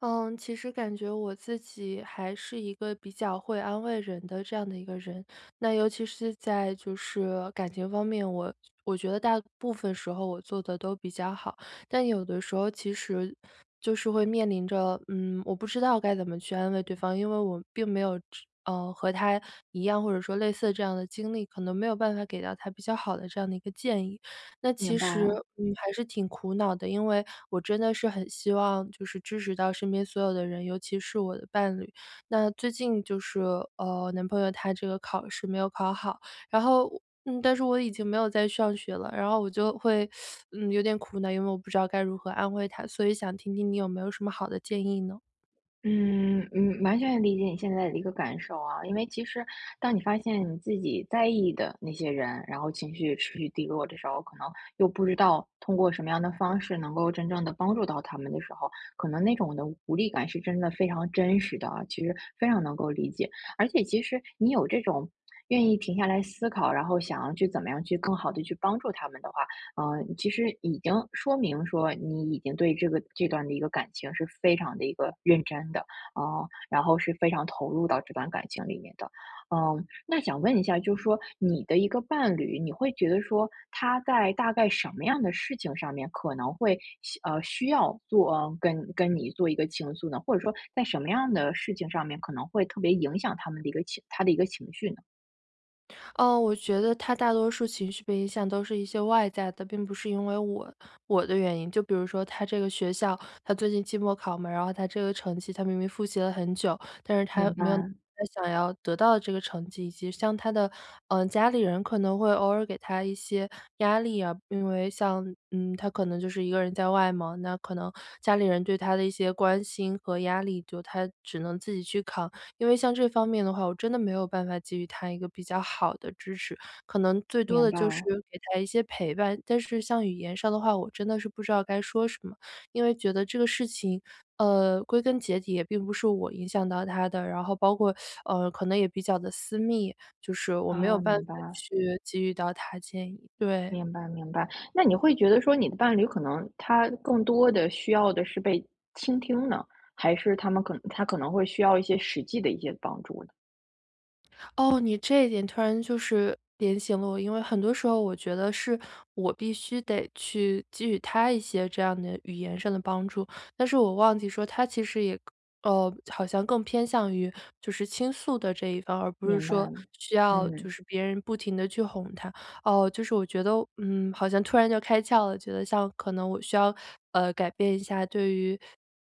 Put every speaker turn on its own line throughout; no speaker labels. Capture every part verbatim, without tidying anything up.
嗯，其实感觉我自己还是一个比较会安慰人的这样的一个人，那尤其是在就是感情方面，我我觉得大部分时候我做的都比较好，但有的时候其实就是会面临着，嗯，我不知道该怎么去安慰对方，因为我并没有知呃，和他一样或者说类似这样的经历，可能没有办法给到他比较好的这样的一个建议。那其
明白。
实，嗯，还是挺苦恼的，因为我真的是很希望就是支持到身边所有的人，尤其是我的伴侣。那最近就是，呃，男朋友他这个考试没有考好，然后嗯，但是我已经没有在上学了，然后我就会，嗯，有点苦恼，因为我不知道该如何安慰他，所以想听听你有没有什么好的建议呢？
嗯嗯，完全理解你现在的一个感受啊。因为其实当你发现你自己在意的那些人，然后情绪持续低落的时候，可能又不知道通过什么样的方式能够真正的帮助到他们的时候，可能那种的无力感是真的非常真实的啊，其实非常能够理解。而且其实你有这种。愿意停下来思考，然后想要去怎么样去更好的去帮助他们的话，嗯，其实已经说明说你已经对这个这段的一个感情是非常的一个认真的，啊、呃然后是非常投入到这段感情里面的。嗯，那想问一下，就是说你的一个伴侣，你会觉得说他在大概什么样的事情上面可能会需呃需要做、呃跟跟你做一个倾诉呢？或者说在什么样的事情上面可能会特别影响他们的一个情他的一个情绪呢？
哦，我觉得他大多数情绪被影响都是一些外在的，并不是因为我我的原因。就比如说他这个学校，他最近期末考嘛，然后他这个成绩，他明明复习了很久，但是他
明白，
没有拿他想要得到的这个成绩，以及像他的嗯、呃家里人可能会偶尔给他一些压力啊，因为像嗯他可能就是一个人在外嘛，那可能家里人对他的一些关心和压力，就他只能自己去扛。因为像这方面的话，我真的没有办法给予他一个比较好的支持，可能最多
明
的
白
就是给他一些陪伴。但是像语言上的话，我真的是不知道该说什么，因为觉得这个事情，呃，归根结底也并不是我影响到他的，然后包括呃，可能也比较的私密，就是我没有
啊，
办法
明白。
去给予到他建议。对。
明白明白。那你会觉得说你的伴侣可能他更多的需要的是被倾听呢，还是他们可能他可能会需要一些实际的一些帮助呢？
哦，你这一点突然就是点醒了我，因为很多时候我觉得是我必须得去给予他一些这样的语言上的帮助，但是我忘记说他其实也呃，好像更偏向于就是倾诉的这一方，而不是
明
说
白了。
需要就
嗯。
是别人不停的去哄他。哦，就是我觉得，嗯，好像突然就开窍了，觉得像可能我需要，呃，改变一下对于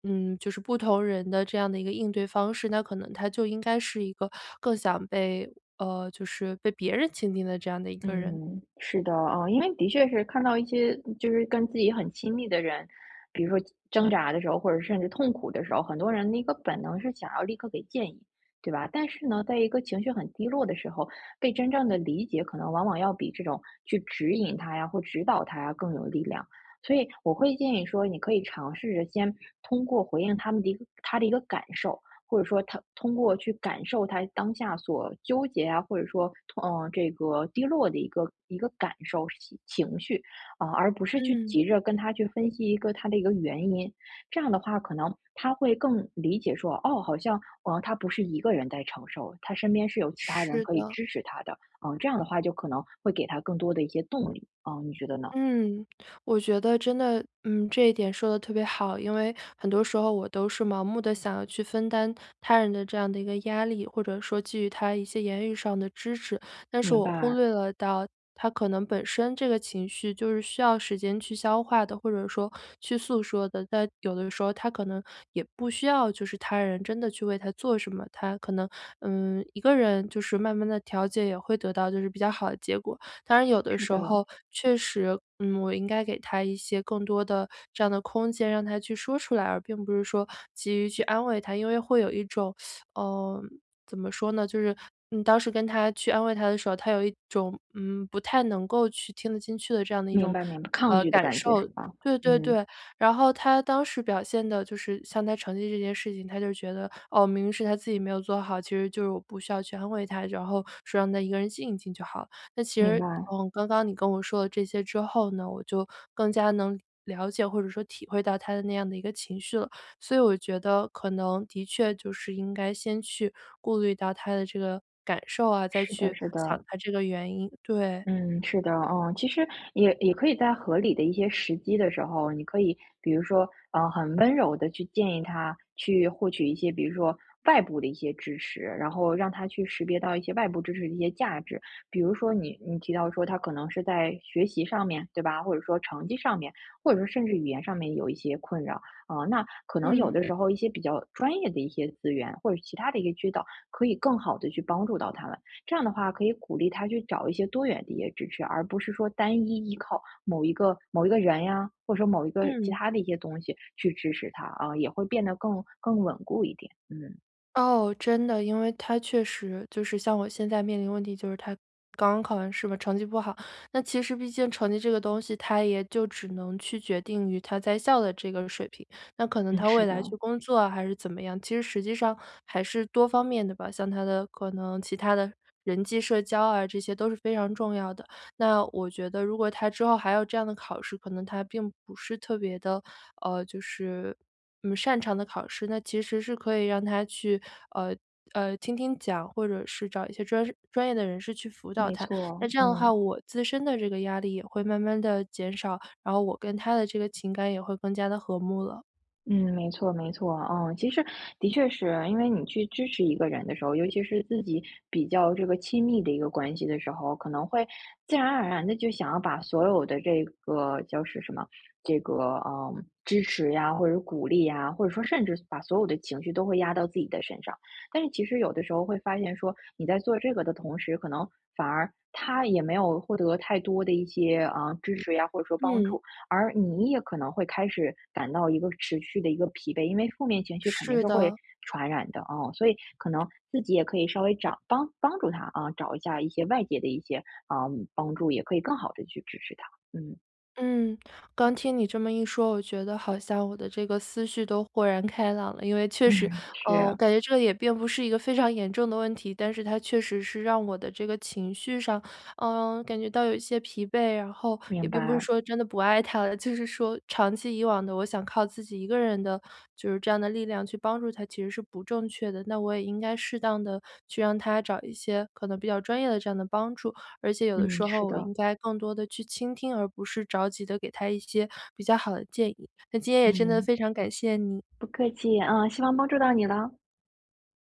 嗯，就是不同人的这样的一个应对方式，那可能他就应该是一个更想被呃，就是被别人倾听的这样的一个人。
嗯，是的。啊，因为的确是看到一些就是跟自己很亲密的人，比如说挣扎的时候，或者甚至痛苦的时候，很多人的一个本能是想要立刻给建议，对吧？但是呢，在一个情绪很低落的时候，被真正的理解，可能往往要比这种去指引他呀或指导他呀更有力量。所以我会建议说，你可以尝试着先通过回应他们的一个他的一个感受，或者说他通过去感受他当下所纠结啊，或者说嗯，呃这个低落的一个一个感受情情绪，啊，而不是去
嗯，
急着跟他去分析一个他的一个原因。这样的话，可能他会更理解说，哦，好像呃，他不是一个人在承受，他身边是有其他人
是
可以
的。
支持他的。嗯，这样的话就可能会给他更多的一些动力。嗯，你觉得呢？
嗯，我觉得真的，嗯，这一点说的特别好。因为很多时候我都是盲目的想要去分担他人的这样的一个压力，或者说给予他一些言语上的支持，但是
明
我忽
白，
略了到他可能本身这个情绪就是需要时间去消化的，或者说去诉说的。但有的时候他可能也不需要就是他人真的去为他做什么，他可能，嗯，一个人就是慢慢的调节也会得到就是比较好的结果。当然有的
是
时
的。
候确实，嗯，我应该给他一些更多的这样的空间，让他去说出来，而并不是说急于去安慰他，因为会有一种，嗯，怎么说呢，就是嗯，当时跟他去安慰他的时候，他有一种嗯不太能够去听得进去的这样的一
明
种
白明白，抗
呃
拒的
感
感觉
受。
是吧？
对对
嗯，
对，然后他当时表现的就是像他成绩这件事情，他就觉得哦，明明是他自己没有做好，其实就是我不需要去安慰他，然后说让他一个人静一静就好了。那其
明
实，
白，
嗯，刚刚你跟我说了这些之后呢，我就更加能了解或者说体会到他的那样的一个情绪了。所以我觉得可能的确就是应该先去顾虑到他的这个感受啊，再
是的
去
是
想
的。
他这个原因。对，
嗯，是的。嗯，其实也也可以在合理的一些时机的时候，你可以比如说，呃，很温柔的去建议他去获取一些，比如说外部的一些支持，然后让他去识别到一些外部支持的一些价值。比如说你你提到说他可能是在学习上面，对吧？或者说成绩上面，或者说甚至语言上面有一些困扰啊，呃那可能有
嗯，
的时候一些比较专业的一些资源或者其他的一些渠道，可以更好的去帮助到他们。这样的话可以鼓励他去找一些多元的一些支持，而不是说单一依靠某一个某一个人呀，或者说某一个其
嗯。
他的一些东西去支持他啊，也会变得更更稳固一点。嗯。
哦，真的，因为他确实就是像我现在面临问题，就是他刚刚考完试嘛，成绩不好。那其实毕竟成绩这个东西，他也就只能去决定于他在校的这个水平。那可能
嗯，
他未
是的，
来去工作啊，还是怎么样，其实实际上还是多方面的吧，像他的可能其他的人际社交啊，这些都是非常重要的。那我觉得如果他之后还有这样的考试，可能他并不是特别的，呃，就是嗯，擅长的考试，那其实是可以让他去，呃呃，听听讲，或者是找一些专专业的人士去辅导
没
他。那
错。
这样的话，
嗯。
我自身的这个压力也会慢慢的减少，然后我跟他的这个情感也会更加的和睦了。
嗯，没错，没错。嗯，其实的确是因为你去支持一个人的时候，尤其是自己比较这个亲密的一个关系的时候，可能会自然而然的就想要把所有的这个叫是什么，这个嗯支持呀，或者是鼓励呀，或者说甚至把所有的情绪都会压到自己的身上。但是其实有的时候会发现说，你在做这个的同时，可能反而他也没有获得太多的一些啊、呃支持呀，或者说帮
嗯，
助。而你也可能会开始感到一个持续的一个疲惫，因为负面情绪肯定
是
是会
的。
传染的啊，所以可能自己也可以稍微找帮帮助他啊，找一下一些外界的一些啊、帮助，也可以更好的去支持他。嗯。
嗯，刚听你这么一说，我觉得好像我的这个思绪都豁然开朗了。因为确实，
嗯，
嗯，
是
我感觉这个也并不是一个非常严重的问题，但是它确实是让我的这个情绪上，嗯、感觉到有一些疲惫。然后也
明
并不是
白。
说真的不爱他了，就是说长期以往的，我想靠自己一个人的，就是这样的力量去帮助他，其实是不正确的。那我也应该适当的去让他找一些可能比较专业的这样的帮助。而且有的
嗯，
时
是
候我
的。
应该更多的去倾听，而不是着急的给他一些比较好的建议。那今天也真的
嗯，
非常感谢你。
不客气啊，希望帮助到你了。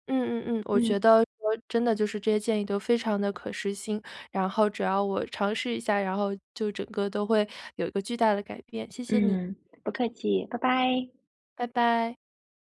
嗯嗯嗯，我觉
嗯
得说真的就是这些建议都非常的可实行，然后只要我尝试一下，然后就整个都会有一个巨大的改变，谢谢你，
嗯，不客气，拜拜。
拜拜。